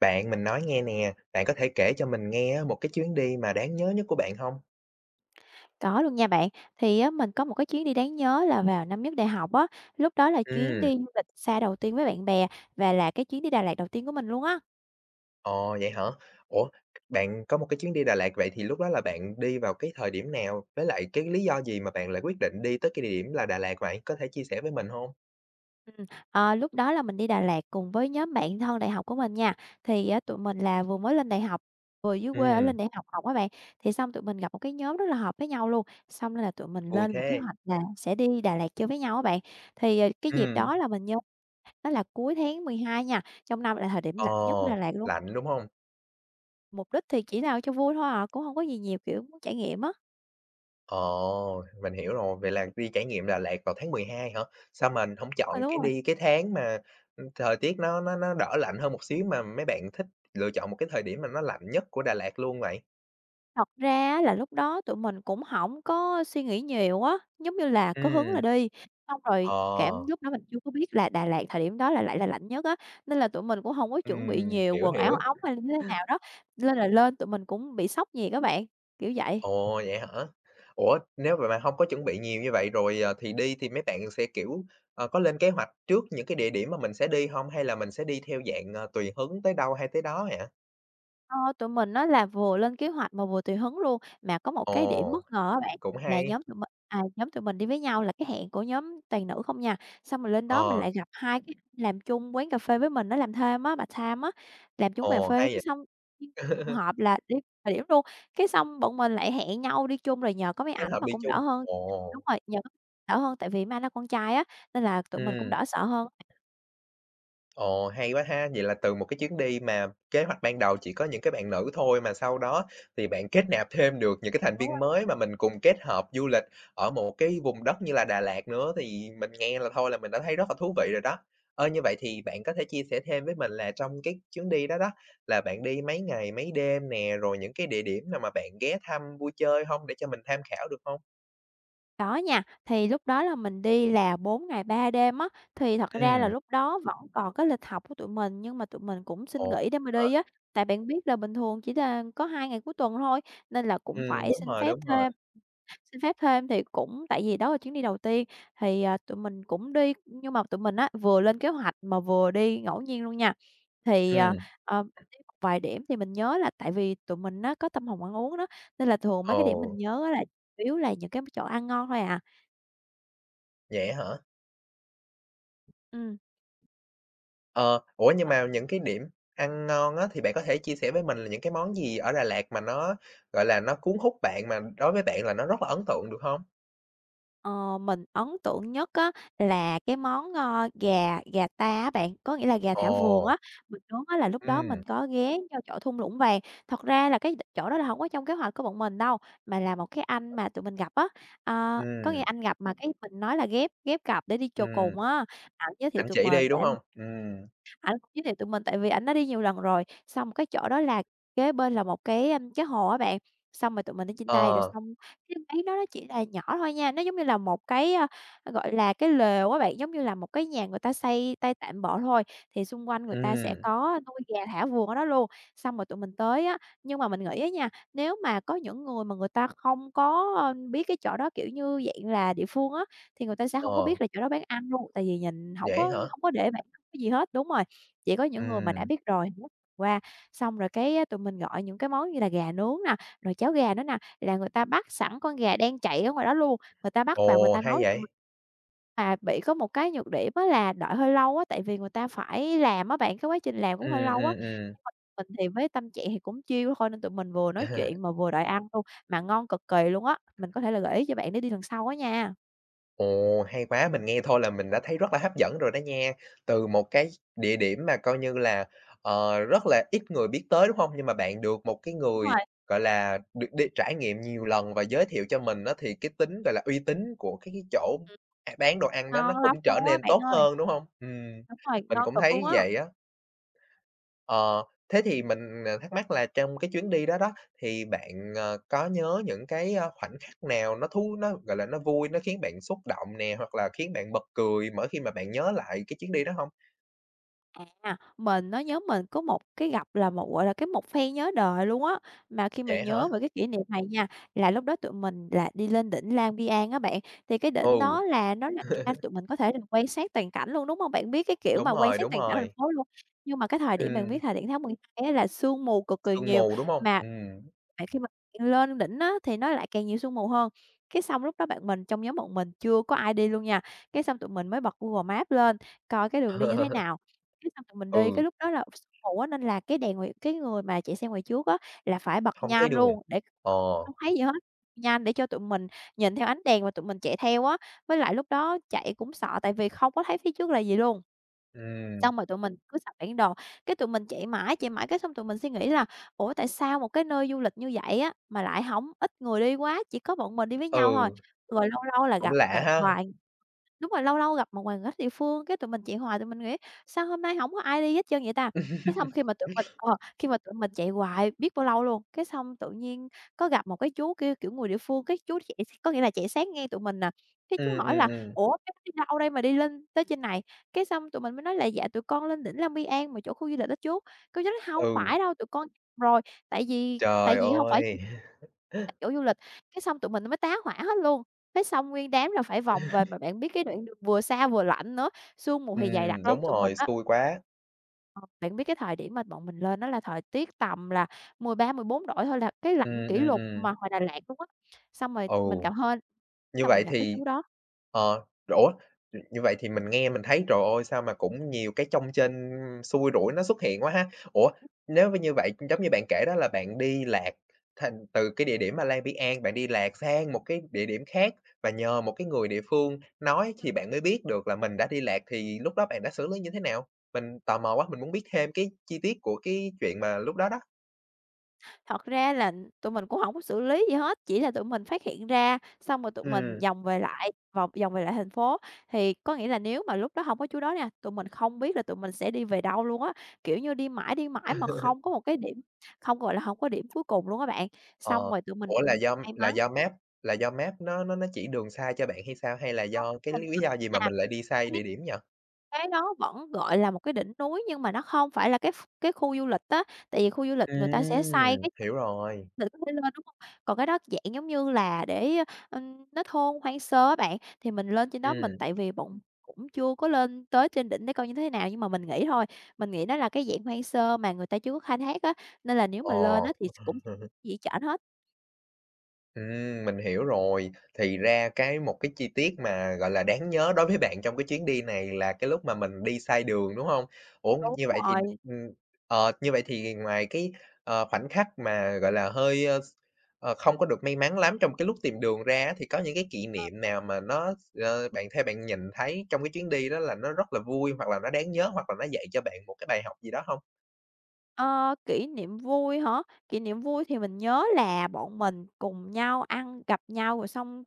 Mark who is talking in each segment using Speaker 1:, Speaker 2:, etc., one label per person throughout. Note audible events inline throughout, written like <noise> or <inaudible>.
Speaker 1: Bạn mình nói nghe nè, bạn có thể kể cho mình nghe á, một cái chuyến đi mà đáng nhớ nhất của bạn không?
Speaker 2: Có luôn nha bạn. Thì á, mình có một cái chuyến đi đáng nhớ là vào năm nhất đại học á, lúc đó là chuyến
Speaker 1: Ừm.
Speaker 2: đi du lịch xa đầu tiên với bạn bè và là cái chuyến đi Đà Lạt đầu tiên của mình luôn á.
Speaker 1: Ồ, vậy hả? Ủa, bạn có một cái chuyến đi Đà Lạt, vậy thì lúc đó là bạn đi vào cái thời điểm nào? Với lại cái lý do gì mà bạn lại quyết định đi tới cái địa điểm là Đà Lạt vậy? Có thể chia sẻ với mình không?
Speaker 2: Ờ, Lúc đó là mình đi Đà Lạt cùng với nhóm bạn thân đại học của mình nha. Thì á, tụi mình là vừa mới lên đại học, vừa dưới quê ở
Speaker 1: Ừm,
Speaker 2: lên đại học học á bạn. Thì xong tụi mình gặp một cái nhóm rất là hợp với nhau luôn. Xong nên là tụi mình
Speaker 1: vui
Speaker 2: lên một kế
Speaker 1: thế!
Speaker 2: hoạch là sẽ đi Đà Lạt chơi với nhau á bạn. Cái dịp
Speaker 1: Ừm,
Speaker 2: đó là mình nhớ đó là cuối tháng 12 nha, trong năm là thời điểm
Speaker 1: ờ,
Speaker 2: lạnh nhất của Đà Lạt luôn.
Speaker 1: Lạnh, đúng không?
Speaker 2: Mục đích thì chỉ nào cho vui thôi à, cũng hông có gì nhiều, kiểu, muốn trải nghiệm á.
Speaker 1: Ồ, mình hiểu rồi, vậy là đi trải nghiệm Đà Lạt vào tháng 12 hả? Sao mình không chọn
Speaker 2: Ờ, đúng
Speaker 1: cái
Speaker 2: rồi,
Speaker 1: đi cái tháng mà, thời tiết nó đỡ lạnh hơn một xíu mà mấy bạn thích lựa chọn một cái thời điểm mà nó lạnh nhất của Đà Lạt luôn vậy?
Speaker 2: thật ra á là lúc đó tụi mình cũng hổng có suy nghĩ nhiều á, giống như là có hứng là
Speaker 1: Ừm,
Speaker 2: đi, xong rồi
Speaker 1: ờ,
Speaker 2: cảm lúc đó mình chưa có biết là Đà Lạt thời điểm đó là lại là lạnh nhất á, nên là tụi mình cũng hông có chuẩn bị nhiều
Speaker 1: Hiểu,
Speaker 2: quần áo
Speaker 1: hiểu.
Speaker 2: ống hay là như thế nào đó, nên là lên tụi mình cũng bị sốc nhiệt á bạn, kiểu vậy.
Speaker 1: Ồ, vậy hả? Ủa, nếu mà bạn hông có chuẩn bị nhiều như vậy rồi, thì đi thì mấy bạn sẽ, kiểu, có lên kế hoạch trước những cái địa điểm mà mình sẽ đi không? Hay là mình sẽ đi theo dạng, tùy hứng tới đâu hay tới đó vậy?
Speaker 2: Ờ, tụi mình á là vừa lên kế hoạch mà vừa tùy hứng luôn, mà có một cái điểm
Speaker 1: Ồ,
Speaker 2: bất ngờ á bạn,
Speaker 1: cũng
Speaker 2: là
Speaker 1: hay.
Speaker 2: nhóm tụi mình à, nhóm tụi mình đi với nhau là cái hẹn của nhóm toàn nữ không nha, xong rồi lên đó mình
Speaker 1: Ờ,
Speaker 2: lại gặp 2 cái anh làm chung quán cà phê với mình, nó làm thêm á, bà time á, làm chung cà
Speaker 1: ồ,
Speaker 2: phê
Speaker 1: hay
Speaker 2: cái
Speaker 1: vậy!
Speaker 2: xong trùng
Speaker 1: <laughs>
Speaker 2: hợp là đi thời điểm luôn, cái xong bọn mình lại hẹn nhau đi chung rồi nhờ có mấy
Speaker 1: Kết
Speaker 2: ảnh
Speaker 1: hợp
Speaker 2: mà
Speaker 1: đi
Speaker 2: cũng
Speaker 1: chung.
Speaker 2: đỡ hơn.
Speaker 1: Ồ,
Speaker 2: Đúng rồi, nhờ có đỡ hơn tại vì Mai là con trai á, nên là tụi mình cũng
Speaker 1: ừm,
Speaker 2: đỡ sợ hơn.
Speaker 1: ồ, hay quá ha! Vậy là từ một cái chuyến đi mà kế hoạch ban đầu chỉ có những cái bạn nữ thôi, mà sau đó thì bạn kết nạp thêm được những cái thành viên mới mà mình cùng kết hợp du lịch ở một cái vùng đất như là Đà Lạt nữa, thì mình nghe là thôi là mình đã thấy rất là thú vị rồi đó. Ơ, như vậy thì bạn có thể chia sẻ thêm với mình là trong cái chuyến đi đó đó, là bạn đi mấy ngày mấy đêm nè, rồi những cái địa điểm nào mà bạn ghé thăm vui chơi không, để cho mình tham khảo được không?
Speaker 2: Có nha, thì lúc đó là mình đi là 4 ngày 3 đêm á, thì thật ra là
Speaker 1: Ừm,
Speaker 2: lúc đó vẫn còn cái lịch học của tụi mình, nhưng mà tụi mình cũng xin
Speaker 1: ồ,
Speaker 2: nghỉ để mà
Speaker 1: hả?
Speaker 2: đi á. Tại bạn biết là bình thường chỉ là có 2 ngày cuối tuần thôi, nên là cũng phải
Speaker 1: Đúng rồi, đúng rồi,
Speaker 2: xin phép thêm thì cũng tại vì đó là chuyến đi đầu tiên, tụi mình cũng đi, nhưng mà tụi mình á, vừa lên kế hoạch mà vừa đi ngẫu nhiên luôn nha. Thì, ờ,
Speaker 1: ừm.
Speaker 2: ờ, Đi một vài điểm thì mình nhớ là tại vì tụi mình á, có tâm hồn ăn uống đó, nên là thường mấy cái điểm
Speaker 1: Ồ,
Speaker 2: mình nhớ á là chủ yếu là những cái chỗ ăn ngon thôi à.
Speaker 1: vậy hả?
Speaker 2: Ừm,
Speaker 1: Ờ, ủa, nhưng mà những cái điểm ăn ngon á, thì bạn có thể chia sẻ với mình là những cái món gì ở Đà Lạt mà nó, gọi là, nó cuốn hút bạn, mà đối với bạn là nó rất là ấn tượng được không?
Speaker 2: ờ, mình ấn tượng nhất á là cái món, ơ, gà gà ta á bạn, có nghĩa là gà thả vườn
Speaker 1: Ồ,
Speaker 2: á, mình nhớ á là lúc đó mình
Speaker 1: ừm,
Speaker 2: có ghé vô chỗ thung lũng vàng. Thật ra là cái chỗ đó là không có trong kế hoạch của bọn mình đâu, mà là một cái anh mà tụi mình gặp á, ờ, có nghĩa
Speaker 1: ừm,
Speaker 2: anh gặp mà cái mình nói là ghép ghép cặp để đi chùa
Speaker 1: ừm,
Speaker 2: cùng á, ảnh giới thiệu
Speaker 1: anh
Speaker 2: tụi
Speaker 1: chỉ
Speaker 2: mình
Speaker 1: đi, đúng
Speaker 2: để.
Speaker 1: không?
Speaker 2: Ảnh cũng giới thiệu tụi mình tại vì ảnh đã đi nhiều lần rồi, xong cái chỗ đó là kế bên là một cái hồ á bạn, xong rồi tụi mình đi trên đây rồi
Speaker 1: Ờ,
Speaker 2: xong cái mấy đó nó chỉ là nhỏ thôi nha, nó giống như là một cái, gọi là, cái lều á bạn, giống như là một cái nhà người ta xây tay tạm bợ thôi, thì xung quanh người ta sẽ
Speaker 1: ừm,
Speaker 2: có nuôi gà thả vườn ở đó luôn. Xong rồi tụi mình tới á, nhưng mà mình nghĩ á nha, nếu mà có những người mà người ta không có biết cái chỗ đó, kiểu như, dạng là địa phương á, thì người ta sẽ hông có
Speaker 1: ờ,
Speaker 2: biết là chỗ đó bán ăn luôn, tại vì nhìn hổng có
Speaker 1: Vậy hả?
Speaker 2: hông có để bảng không có gì hết đúng rồi. Chỉ có những người mà đã
Speaker 1: Ừm,
Speaker 2: biết rồi mới qua, xong rồi cái á tụi mình gọi những cái món như là gà nướng nè, rồi cháo gà nữa nè, là người ta bắt sẵn con gà đang chạy ở ngoài đó luôn, người ta bắt vào người
Speaker 1: ồ,
Speaker 2: ta
Speaker 1: hay
Speaker 2: nấu cho tụi
Speaker 1: vậy!
Speaker 2: mình. Mà bị có một cái nhược điểm á là đợi hơi lâu á, tại vì người ta phải làm á bạn, cái quá trình làm cũng hơi
Speaker 1: Ừm,
Speaker 2: lâu á.
Speaker 1: ừm, ừm.
Speaker 2: Nhưng mà mình thì với tâm trạng thì cũng chill thôi nên tụi mình vừa nói chuyện
Speaker 1: <laughs>
Speaker 2: mà vừa đợi ăn luôn, mà ngon cực kỳ luôn á. Mình có thể là gợi ý cho bạn để đi lần sau á nha.
Speaker 1: Ồ, hay quá! Mình nghe thôi là mình đã thấy rất là hấp dẫn rồi đó nha. Từ một cái địa điểm mà coi như là, rất là ít người biết tới, đúng không? Nhưng mà bạn được một cái
Speaker 2: Đúng
Speaker 1: người,
Speaker 2: rồi,
Speaker 1: gọi là, được đi trải nghiệm nhiều lần và giới thiệu cho mình á, thì cái tính, gọi là, uy tín của cái chỗ,
Speaker 2: ừm,
Speaker 1: bán đồ ăn đó nó
Speaker 2: ngon lắm
Speaker 1: cũng trở
Speaker 2: luôn á
Speaker 1: nên
Speaker 2: bạn
Speaker 1: tốt
Speaker 2: ơi.
Speaker 1: hơn, đúng không?
Speaker 2: Đúng rồi,
Speaker 1: Mình
Speaker 2: ngon
Speaker 1: cũng
Speaker 2: cực luôn
Speaker 1: thấy
Speaker 2: á.
Speaker 1: vậy á. Ờ, thế thì mình, thắc mắc là trong cái chuyến đi đó đó, thì bạn, có nhớ những cái, khoảnh khắc nào nó, gọi là, nó vui, nó khiến bạn xúc động nè, hoặc là khiến bạn bật cười mỗi khi mà bạn nhớ lại cái chuyến đi đó không?
Speaker 2: À, mình nó nhóm mình có một cái gặp là một, gọi là, cái một phen nhớ đời luôn á. Mà khi mà
Speaker 1: Vậy hả?
Speaker 2: nhớ về cái kỷ niệm này nha, là lúc đó tụi mình là đi lên đỉnh Lang Biang á bạn, thì cái đỉnh
Speaker 1: Ừ,
Speaker 2: đó là nó là cao tụi mình có thể là quan sát toàn cảnh luôn, đúng không? Bạn biết cái kiểu mà
Speaker 1: đúng
Speaker 2: quan
Speaker 1: rồi,
Speaker 2: sát
Speaker 1: đúng
Speaker 2: toàn cảnh thành
Speaker 1: rồi.
Speaker 2: phố luôn, nhưng mà cái thời điểm bạn biết
Speaker 1: Ừm,
Speaker 2: thời điểm tháng 12 á là sương mù cực kỳ
Speaker 1: sương
Speaker 2: nhiều,
Speaker 1: mù, đúng không?
Speaker 2: mà
Speaker 1: Ừm.
Speaker 2: bạn khi mà bạn lên đỉnh á thì nó lại càng nhiều sương mù hơn. Cái xong lúc đó bạn mình trong nhóm bọn mình chưa có ai đi luôn nha, cái xong tụi mình mới bật Google Maps lên coi cái đường đi như thế nào.
Speaker 1: <laughs>
Speaker 2: Cái xong tụi mình đi,
Speaker 1: Ừ,
Speaker 2: cái lúc đó là sương mù á, nên là cái đèn ngoài cái người mà chạy xe ngoài trước á, là phải bật
Speaker 1: không thấy
Speaker 2: nhanh
Speaker 1: đường.
Speaker 2: luôn để
Speaker 1: Ờ,
Speaker 2: <laughs> không thấy gì hết, nhanh để cho tụi mình nhìn theo ánh đèn mà tụi mình chạy theo á. Với lại lúc đó chạy cũng sợ tại vì không có thấy phía trước là gì luôn.
Speaker 1: ừm,
Speaker 2: Xong rồi tụi mình cứ sập bản đồ, cái tụi mình chạy mãi cái xong tụi mình suy nghĩ là "Ủa, tại sao một cái nơi du lịch như vậy á, mà lại hổng ít người đi quá, chỉ có bọn mình đi với nhau thôi."
Speaker 1: ừ,
Speaker 2: Rồi lâu lâu là
Speaker 1: cũng
Speaker 2: gặp
Speaker 1: lạ
Speaker 2: một
Speaker 1: ha.
Speaker 2: vài. Đúng rồi, lâu lâu gặp một người khách địa phương, cái tụi mình chạy hoài, tụi mình nghĩ "Sao hôm nay hổng có ai đi hết trơn vậy ta?" Cái xong khi mà tụi mình ờ, khi mà tụi mình chạy hoài biết bao lâu luôn, cái xong tự nhiên có gặp một cái chú kia, kiểu, người địa phương, cái chú chạy s có nghĩa là chạy sáng ngang tụi mình nè, cái chú
Speaker 1: Ừm,
Speaker 2: hỏi
Speaker 1: ừm,
Speaker 2: là
Speaker 1: ừm,
Speaker 2: "Ủa, cái đi đâu đây mà đi lên tới trên này?" Cái xong tụi mình mới nói là "Dạ, tụi con lên đỉnh Lang Biang mà chỗ khu du lịch đó chú." Cô chú nói "Hông
Speaker 1: ừ,
Speaker 2: phải đâu, tụi con rồi, tại vì tại
Speaker 1: trời
Speaker 2: vì hông phải"
Speaker 1: ơi! <laughs>
Speaker 2: tại chỗ du lịch, cái xong tụi mình nó mới tá hỏa hết luôn. Thế xong nguyên đám là phải vòng về, mà bạn biết cái đoạn đường vừa xa vừa lạnh nữa, sương mù thì dày đặc lắm.
Speaker 1: Đúng
Speaker 2: Tụi mình
Speaker 1: rồi,
Speaker 2: á
Speaker 1: xui quá.
Speaker 2: ờ, bạn biết cái thời điểm mà bọn mình lên á là thời tiết tầm là 13 14 độ thôi là cái
Speaker 1: Ừ,
Speaker 2: lạnh kỷ
Speaker 1: ừ,
Speaker 2: lục mà ngoài Đà Lạt luôn á. Xong rồi
Speaker 1: ừ.
Speaker 2: mình gặp hên
Speaker 1: Như
Speaker 2: là mình
Speaker 1: vậy
Speaker 2: gặp cái
Speaker 1: thì
Speaker 2: chú đó.
Speaker 1: ủa, như vậy thì mình nghe mình thấy, trời ơi, sao mà cũng nhiều cái trong trên xui rủi nó xuất hiện quá ha. Ủa, nếu mà như vậy, giống như bạn kể đó là bạn đi lạc thành từ cái địa điểm mà Lang an, bạn đi lạc sang một cái địa điểm khác và nhờ một cái người địa phương nói thì bạn mới biết được là mình đã đi lạc, thì lúc đó bạn đã xử lý như thế nào? Mình tò mò quá, mình muốn biết thêm cái chi tiết của cái chuyện mà lúc đó đó.
Speaker 2: Thật ra là tụi mình cũng hổng có xử lý gì hết, chỉ là tụi mình phát hiện ra, xong rồi tụi mình
Speaker 1: Ừm.
Speaker 2: vòng về lại vòng vòng về lại thành phố. Thì có nghĩa là nếu mà lúc đó hông có chú đó nha, tụi mình không biết là tụi mình sẽ đi về đâu luôn á, kiểu như, đi mãi mà không có một cái điểm không, gọi là, hổng có điểm cuối cùng luôn á bạn. Xong
Speaker 1: Ờ,
Speaker 2: rồi tụi mình,
Speaker 1: ủa, là do
Speaker 2: may
Speaker 1: là
Speaker 2: mắn.
Speaker 1: do map nó chỉ đường sai cho bạn hay sao? Hay là
Speaker 2: Không,
Speaker 1: do cái
Speaker 2: mình
Speaker 1: lý
Speaker 2: nghĩ
Speaker 1: do gì mà
Speaker 2: là
Speaker 1: mình lại đi sai
Speaker 2: cái
Speaker 1: địa điểm vậy?
Speaker 2: cái đó vẫn, gọi là, một cái đỉnh núi nhưng mà nó không phải là cái khu du lịch á, tại vì khu du lịch người ta sẽ xây cái chỗ
Speaker 1: Hiểu rồi.
Speaker 2: mình có thể lên, đúng hông? Còn cái đó dạng giống như là để, nó thôn hoang sơ á bạn, thì mình lên trên đó mình
Speaker 1: Ừm,
Speaker 2: tại vì bọn cũng chưa có lên tới trên đỉnh để coi như thế nào, nhưng mà mình nghĩ thôi, mình nghĩ nó là cái dạng hoang sơ mà người ta chưa có khai thác á, nên là nếu mà lên
Speaker 1: ờ.
Speaker 2: á thì cũng gì hết trơn hết.
Speaker 1: Mình hiểu rồi. Thì ra cái một cái chi tiết mà, gọi là, đáng nhớ đối với bạn trong cái chuyến đi này là cái lúc mà mình đi sai đường, đúng hông? Ủa,
Speaker 2: Đúng
Speaker 1: như vậy thì
Speaker 2: rồi.
Speaker 1: ừm, như vậy thì ngoài cái, khoảnh khắc mà, gọi là, hơi, không có được may mắn lắm trong cái lúc tìm đường ra á, thì có những cái kỷ niệm nào mà theo bạn nhìn thấy trong cái chuyến đi đó là nó rất là vui, hoặc là nó đáng nhớ, hoặc là nó dạy cho bạn một cái bài học gì đó hông?
Speaker 2: Ờ, kỷ niệm vui hả? Kỷ niệm vui thì mình nhớ là bọn mình cùng nhau ăn, gặp nhau rồi xong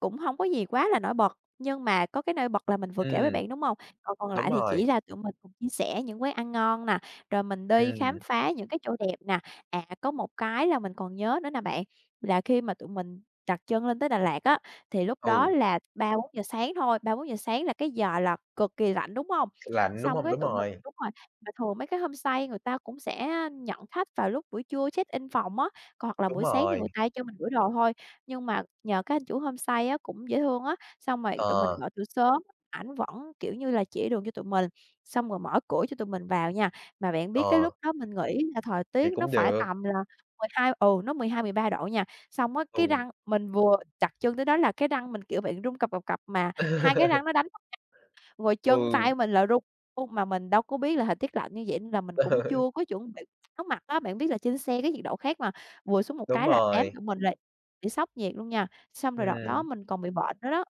Speaker 2: cũng không có gì quá là nổi bật, nhưng mà có cái nổi bật là mình vừa kể với
Speaker 1: Ừm,
Speaker 2: bạn, đúng không? Còn còn
Speaker 1: đúng
Speaker 2: lại thì
Speaker 1: rồi.
Speaker 2: chỉ là tụi mình cùng chia sẻ những quán ăn ngon nè, rồi mình đi
Speaker 1: Ừm,
Speaker 2: khám phá những cái chỗ đẹp nè. À, có một cái là mình còn nhớ nữa nè bạn, là khi mà tụi mình đặt chân lên tới Đà Lạt á, thì lúc đó
Speaker 1: ừ,
Speaker 2: là 3-4 giờ sáng thôi, 3-4 giờ sáng là cái giờ là cực kỳ lạnh, đúng không?
Speaker 1: lạnh, đúng
Speaker 2: Xong
Speaker 1: hông?
Speaker 2: cái tụi mình đúng rồi. Và thường mấy cái homestay người ta cũng sẽ nhận khách vào lúc buổi trưa check-in phòng á, còn hoặc là
Speaker 1: Đúng
Speaker 2: buổi sáng thì
Speaker 1: rồi,
Speaker 2: người ta cho mình gửi đồ thôi. Nhưng mà nhờ cái anh chủ homestay á, cũng dễ thương á, xong rồi tụi mình
Speaker 1: ờ.
Speaker 2: gọi từ sớm, ảnh vẫn, kiểu như là, chỉ đường cho tụi mình, xong rồi mở cửa cho tụi mình vào nha. Mà bạn biết cái
Speaker 1: Ờ,
Speaker 2: lúc đó mình nghĩ là thời
Speaker 1: vậy
Speaker 2: tiết nó
Speaker 1: cũng
Speaker 2: phải
Speaker 1: được,
Speaker 2: tầm là 12-13 độ nha. Xong á, cái
Speaker 1: ừ.
Speaker 2: răng mình vừa đặt chân tới đó là cái răng mình, kiểu, bị rung cập, cập, cập mà hai cái răng
Speaker 1: <laughs>
Speaker 2: nó đánh rồi
Speaker 1: Ừ,
Speaker 2: chân tay mình là run luôn, mà mình đâu có biết là thời tiết lạnh như vậy nên là mình cũng chưa
Speaker 1: <laughs>
Speaker 2: có chuẩn bị áo mặc á. Bạn biết là trên xe cái nhiệt độ khác mà, vừa xuống một
Speaker 1: đúng
Speaker 2: cái là đám
Speaker 1: rồi,
Speaker 2: tụi mình là bị sốc nhiệt luôn nha. Xong rồi đợt đó
Speaker 1: ừ
Speaker 2: mình còn bị bệnh nữa đó.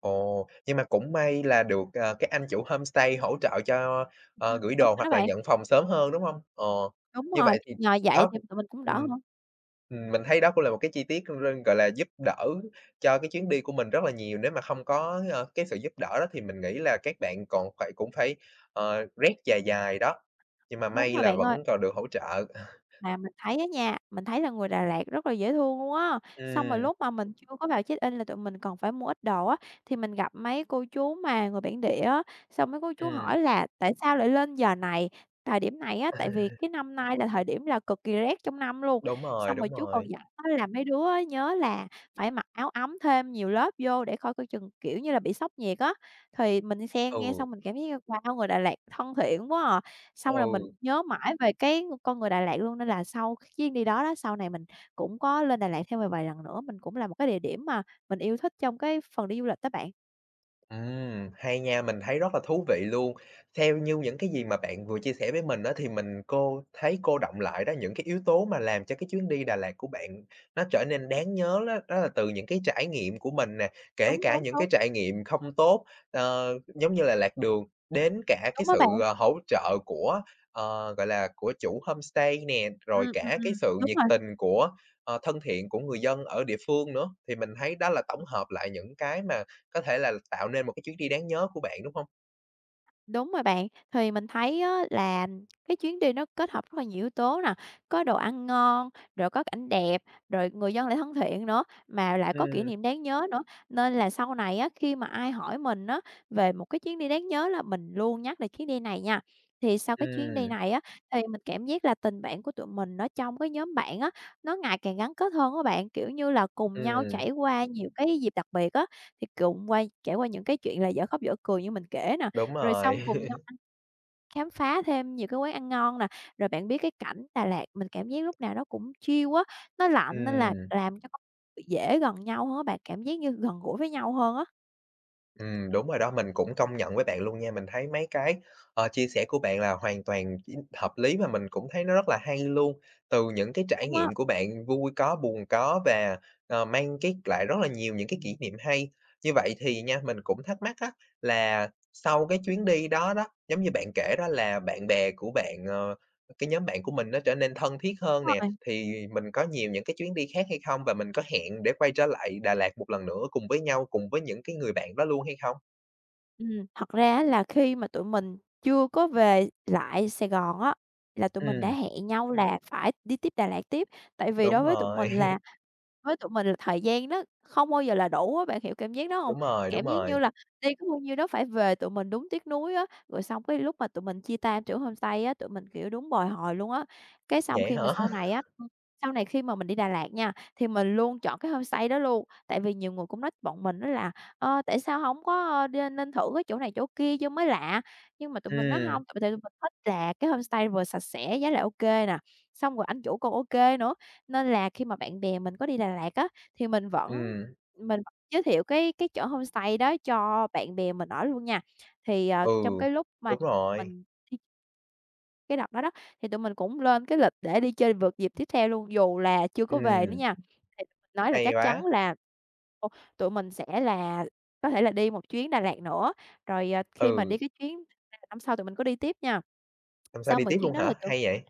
Speaker 1: ồ, nhưng mà cũng may là được, các anh chủ homestay hỗ trợ cho, gửi
Speaker 2: Đúng
Speaker 1: đồ
Speaker 2: rồi đó
Speaker 1: hoặc là
Speaker 2: bạn,
Speaker 1: nhận phòng sớm hơn, đúng không? Ờ,
Speaker 2: đúng
Speaker 1: như
Speaker 2: rồi,
Speaker 1: vậy thì
Speaker 2: nhờ vậy
Speaker 1: đó,
Speaker 2: thì tụi mình cũng đỡ
Speaker 1: ừm,
Speaker 2: hơn.
Speaker 1: mình thấy đó cũng là một cái chi tiết, gọi là, giúp đỡ cho cái chuyến đi của mình rất là nhiều. Nếu mà không có, cái sự giúp đỡ đó thì mình nghĩ là các bạn còn phải cũng phải, rét dài dài đó, nhưng mà
Speaker 2: Đúng
Speaker 1: may
Speaker 2: rồi
Speaker 1: là
Speaker 2: bạn ơi.
Speaker 1: vẫn còn được hỗ trợ. <laughs>
Speaker 2: Mà mình thấy á nha, mình thấy là người Đà Lạt rất là dễ thương luôn á. Xong rồi
Speaker 1: Ừ,
Speaker 2: lúc mà mình chưa có vào check-in là tụi mình còn phải mua ít đồ á, thì mình gặp mấy cô chú mà người bản địa á, xong mấy cô chú
Speaker 1: ừ.
Speaker 2: hỏi là "Tại sao lại lên giờ này, thời điểm này á?" Tại vì cái năm nay là thời điểm là cực kỳ rét trong năm luôn.
Speaker 1: Đúng rồi,
Speaker 2: Xong rồi
Speaker 1: đúng
Speaker 2: chú còn
Speaker 1: rồi.
Speaker 2: dặn á là mấy đứa á nhớ là phải mặc áo ấm thêm nhiều lớp vô để coi coi chừng, kiểu như là, bị sốc nhiệt á. Thì mình xem nghe
Speaker 1: Ừ,
Speaker 2: xong mình cảm thấy như, wow, người Đà Lạt thân thiện quá à. Xong rồi mình
Speaker 1: ừ.
Speaker 2: nhớ mãi về cái con người Đà Lạt luôn, nên là sau cái chuyến đi đó đó, sau này mình cũng có lên Đà Lạt thêm vài vài lần nữa, mình cũng là một cái địa điểm mà mình yêu thích trong cái phần đi du lịch đó bạn.
Speaker 1: Hay nha, mình thấy rất là thú vị luôn. Theo như những cái gì mà bạn vừa chia sẻ với mình đó thì mình thấy cô đọng lại đó, những cái yếu tố mà làm cho cái chuyến đi Đà Lạt của bạn nó trở nên đáng nhớ đó, đó là từ những cái trải nghiệm của mình nè, kể
Speaker 2: Đúng,
Speaker 1: cả
Speaker 2: đúng,
Speaker 1: những cái
Speaker 2: đúng,
Speaker 1: trải nghiệm không tốt, giống như là lạc đường, đến cả cái
Speaker 2: đúng á bạn.
Speaker 1: sự, hỗ trợ của, gọi là, của chủ homestay nè, rồi cả cái sự
Speaker 2: Đúng
Speaker 1: nhiệt
Speaker 2: rồi.
Speaker 1: tình của, thân thiện của người dân ở địa phương nữa. Thì mình thấy đó là tổng hợp lại những cái mà có thể là tạo nên một cái chuyến đi đáng nhớ của bạn, đúng hông?
Speaker 2: Đúng rồi bạn, thì mình thấy á là cái chuyến đi nó kết hợp rất là nhiều yếu tố nè, có đồ ăn ngon, rồi có cảnh đẹp, rồi người dân lại thân thiện nữa, mà lại có kỷ
Speaker 1: Ừm,
Speaker 2: niệm đáng nhớ nữa. Nên là sau này á, khi mà ai hỏi mình á, về một cái chuyến đi đáng nhớ là mình luôn nhắc về chuyến đi này nha. Thì sau cái chuyến đi
Speaker 1: ừm,
Speaker 2: này á, thì mình cảm giác là tình bạn của tụi mình nó trong cái nhóm bạn á, nó ngày càng gắn kết hơn các bạn, kiểu như là, cùng nhau
Speaker 1: ừm,
Speaker 2: trải qua nhiều cái dịp đặc biệt á, thì cùng trải qua những cái chuyện là dở khóc dở cười như mình kể nè.
Speaker 1: đúng
Speaker 2: Rồi xong
Speaker 1: rồi.
Speaker 2: cùng nhau ăn khám phá thêm nhiều cái quán ăn ngon nè, rồi bạn biết cái cảnh Đà Lạt mình cảm giác lúc nào nó cũng chill á, nó lạnh nên là
Speaker 1: Ừm, <laughs>
Speaker 2: làm cho con dễ gần nhau hơn á bạn, cảm giác như gần gũi với nhau hơn á.
Speaker 1: đúng rồi đó, mình cũng công nhận với bạn luôn nha. Mình thấy mấy cái, chia sẻ của bạn là hoàn toàn hợp lý mà mình cũng thấy nó rất là hay luôn. Từ những cái trải
Speaker 2: Đúng á,
Speaker 1: nghiệm của bạn vui có, buồn có và, mang cái lại rất là nhiều những cái kỷ niệm hay. Như vậy thì nha, mình cũng thắc mắc á là sau cái chuyến đi đó đó, giống như bạn kể đó là bạn bè của bạn, cái nhóm bạn của mình nó trở nên thân thiết hơn
Speaker 2: đúng
Speaker 1: nè.
Speaker 2: rồi.
Speaker 1: Thì mình có nhiều những cái chuyến đi khác hay không? Và mình có hẹn để quay trở lại Đà Lạt một lần nữa cùng với nhau, cùng với những cái người bạn đó luôn hay không?
Speaker 2: Ừm, thật ra á là khi mà tụi mình chưa có về lại Sài Gòn á, là tụi mình đã
Speaker 1: Ừm,
Speaker 2: hẹn nhau là phải đi tiếp Đà Lạt tiếp, tại vì
Speaker 1: đúng
Speaker 2: đối với tụi
Speaker 1: rồi,
Speaker 2: mình là với tụi mình là thời gian nó không bao giờ là đủ á, bạn hiểu cảm giác đó
Speaker 1: <laughs>
Speaker 2: không?
Speaker 1: đúng rồi, đúng
Speaker 2: Cảm giác
Speaker 1: rồi.
Speaker 2: như là đi có bao nhiêu đó phải về, tụi mình đúng tiếc nuối á, rồi xong cái lúc mà tụi mình chia tay chỗ homestay á, tụi mình, kiểu, đúng bồi hồi luôn á. Cái xong
Speaker 1: Vậy
Speaker 2: khi mà
Speaker 1: hả?
Speaker 2: sau này
Speaker 1: <laughs>
Speaker 2: á sau này khi mà mình đi Đà Lạt nha, thì mình luôn chọn cái homestay đó luôn, tại vì nhiều người cũng nói bọn mình đó là "Ờ, tại sao hổng có, nên thử cái chỗ này chỗ kia cho mới lạ?" Nhưng mà tụi mình nói
Speaker 1: Ừm,
Speaker 2: hông, tại vì tụi mình thích là cái homestay vừa sạch sẽ, giá lại ô kê nè, xong rồi anh chủ còn ô kê nữa, nên là khi mà bạn bè mình có đi Đà Lạt á, thì mình vẫn
Speaker 1: ừm,
Speaker 2: mình vẫn giới thiệu cái chỗ homestay đó cho bạn bè mình ở luôn nha. Thì, ờ,
Speaker 1: ừ,
Speaker 2: trong cái lúc mà
Speaker 1: đúng rồi,
Speaker 2: mình đi cái đợt đó đó, thì tụi mình cũng lên cái lịch để đi chơi vượt dịp tiếp theo luôn, dù là chưa có về nữa
Speaker 1: ừm,
Speaker 2: nha. Thì tụi mình nói là
Speaker 1: hay
Speaker 2: chắc
Speaker 1: quá.
Speaker 2: chắn là, ồ, tụi mình sẽ là có thể là đi một chuyến Đà Lạt nữa, rồi, ờ, khi mà
Speaker 1: Ừ,
Speaker 2: đi cái chuyến năm sau tụi mình có đi tiếp nha.
Speaker 1: hôm sau
Speaker 2: Xong
Speaker 1: đi
Speaker 2: rồi
Speaker 1: tiếp
Speaker 2: chuyến
Speaker 1: luôn
Speaker 2: đó là
Speaker 1: hả?
Speaker 2: tụi
Speaker 1: Hay vậy?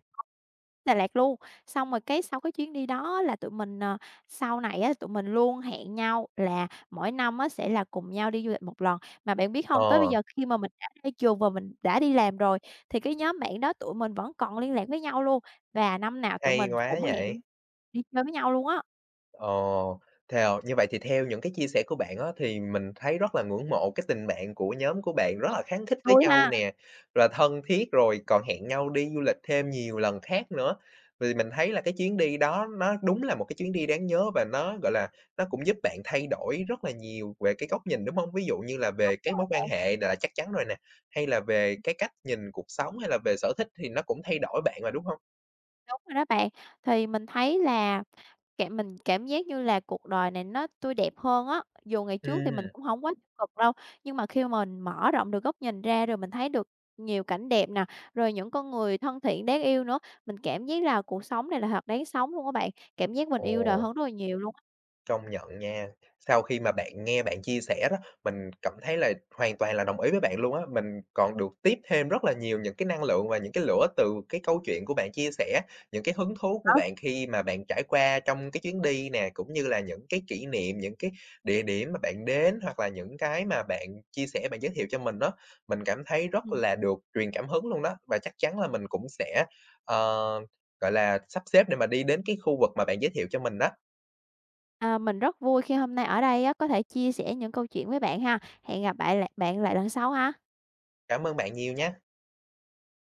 Speaker 2: Đà Lạt luôn, xong rồi cái sau cái chuyến đi đó là tụi mình, ờ, sau này á, tụi mình luôn hẹn nhau là mỗi năm á, sẽ là cùng nhau đi du lịch một lần. Mà bạn biết hông, tới bây
Speaker 1: Ờ,
Speaker 2: giờ khi mà mình đã ra trường và mình đã đi làm rồi, thì cái nhóm bạn đó tụi mình vẫn còn liên lạc với nhau luôn, và năm nào tụi
Speaker 1: hay
Speaker 2: mình
Speaker 1: quá
Speaker 2: cũng hẹn
Speaker 1: vậy.
Speaker 2: đi chơi với nhau luôn á.
Speaker 1: Ồ, theo như vậy thì theo những cái chia sẻ của bạn á, thì mình thấy rất là ngưỡng mộ cái tình bạn của nhóm của bạn rất là khăng khít với
Speaker 2: Vui ha!
Speaker 1: nhau nè, là thân thiết, rồi còn hẹn nhau đi du lịch thêm nhiều lần khác nữa. Vì mình thấy là cái chuyến đi đó nó đúng là một cái chuyến đi đáng nhớ và nó, gọi là, nó cũng giúp bạn thay đổi rất là nhiều về cái góc nhìn, đúng không? Ví dụ như là về
Speaker 2: Đúng
Speaker 1: cái mối quan
Speaker 2: rồi,
Speaker 1: hệ là chắc chắn rồi nè, hay là về cái cách nhìn cuộc sống, hay là về sở thích thì nó cũng thay đổi bạn mà, đúng không?
Speaker 2: đúng rồi đó bạn. Thì mình thấy là mình cảm giác như là cuộc đời này nó tươi đẹp hơn á, dù ngày trước thì mình
Speaker 1: Ừ,
Speaker 2: cũng hổng quá tiêu cực đâu, nhưng mà khi mình mở rộng được góc nhìn ra rồi mình thấy được nhiều cảnh đẹp nè, rồi những con người thân thiện, đáng yêu nữa, mình cảm giác là cuộc sống này là thật đáng sống luôn á bạn, cảm giác mình
Speaker 1: ồ.
Speaker 2: yêu đời hơn rất là nhiều luôn
Speaker 1: Công nhận nha. Sau khi mà bạn nghe bạn chia sẻ đó, mình cảm thấy là hoàn toàn là đồng ý với bạn luôn á. Mình còn được tiếp thêm rất là nhiều những cái năng lượng và những cái lửa từ cái câu chuyện của bạn chia sẻ, những cái hứng thú của
Speaker 2: á.
Speaker 1: bạn khi mà bạn trải qua trong cái chuyến đi nè, cũng như là những cái kỷ niệm, những cái địa điểm mà bạn đến, hoặc là những cái mà bạn chia sẻ, bạn giới thiệu cho mình đó. Mình cảm thấy rất
Speaker 2: Ừm.
Speaker 1: là được truyền cảm hứng luôn đó, và chắc chắn là mình cũng sẽ, ờ, gọi là, sắp xếp để mà đi đến cái khu vực mà bạn giới thiệu cho mình đó.
Speaker 2: À, mình rất vui khi hôm nay ở đây á, có thể chia sẻ những câu chuyện với bạn ha. Hẹn gặp lại bạn lại lần sau ha.
Speaker 1: Cảm ơn bạn nhiều nha.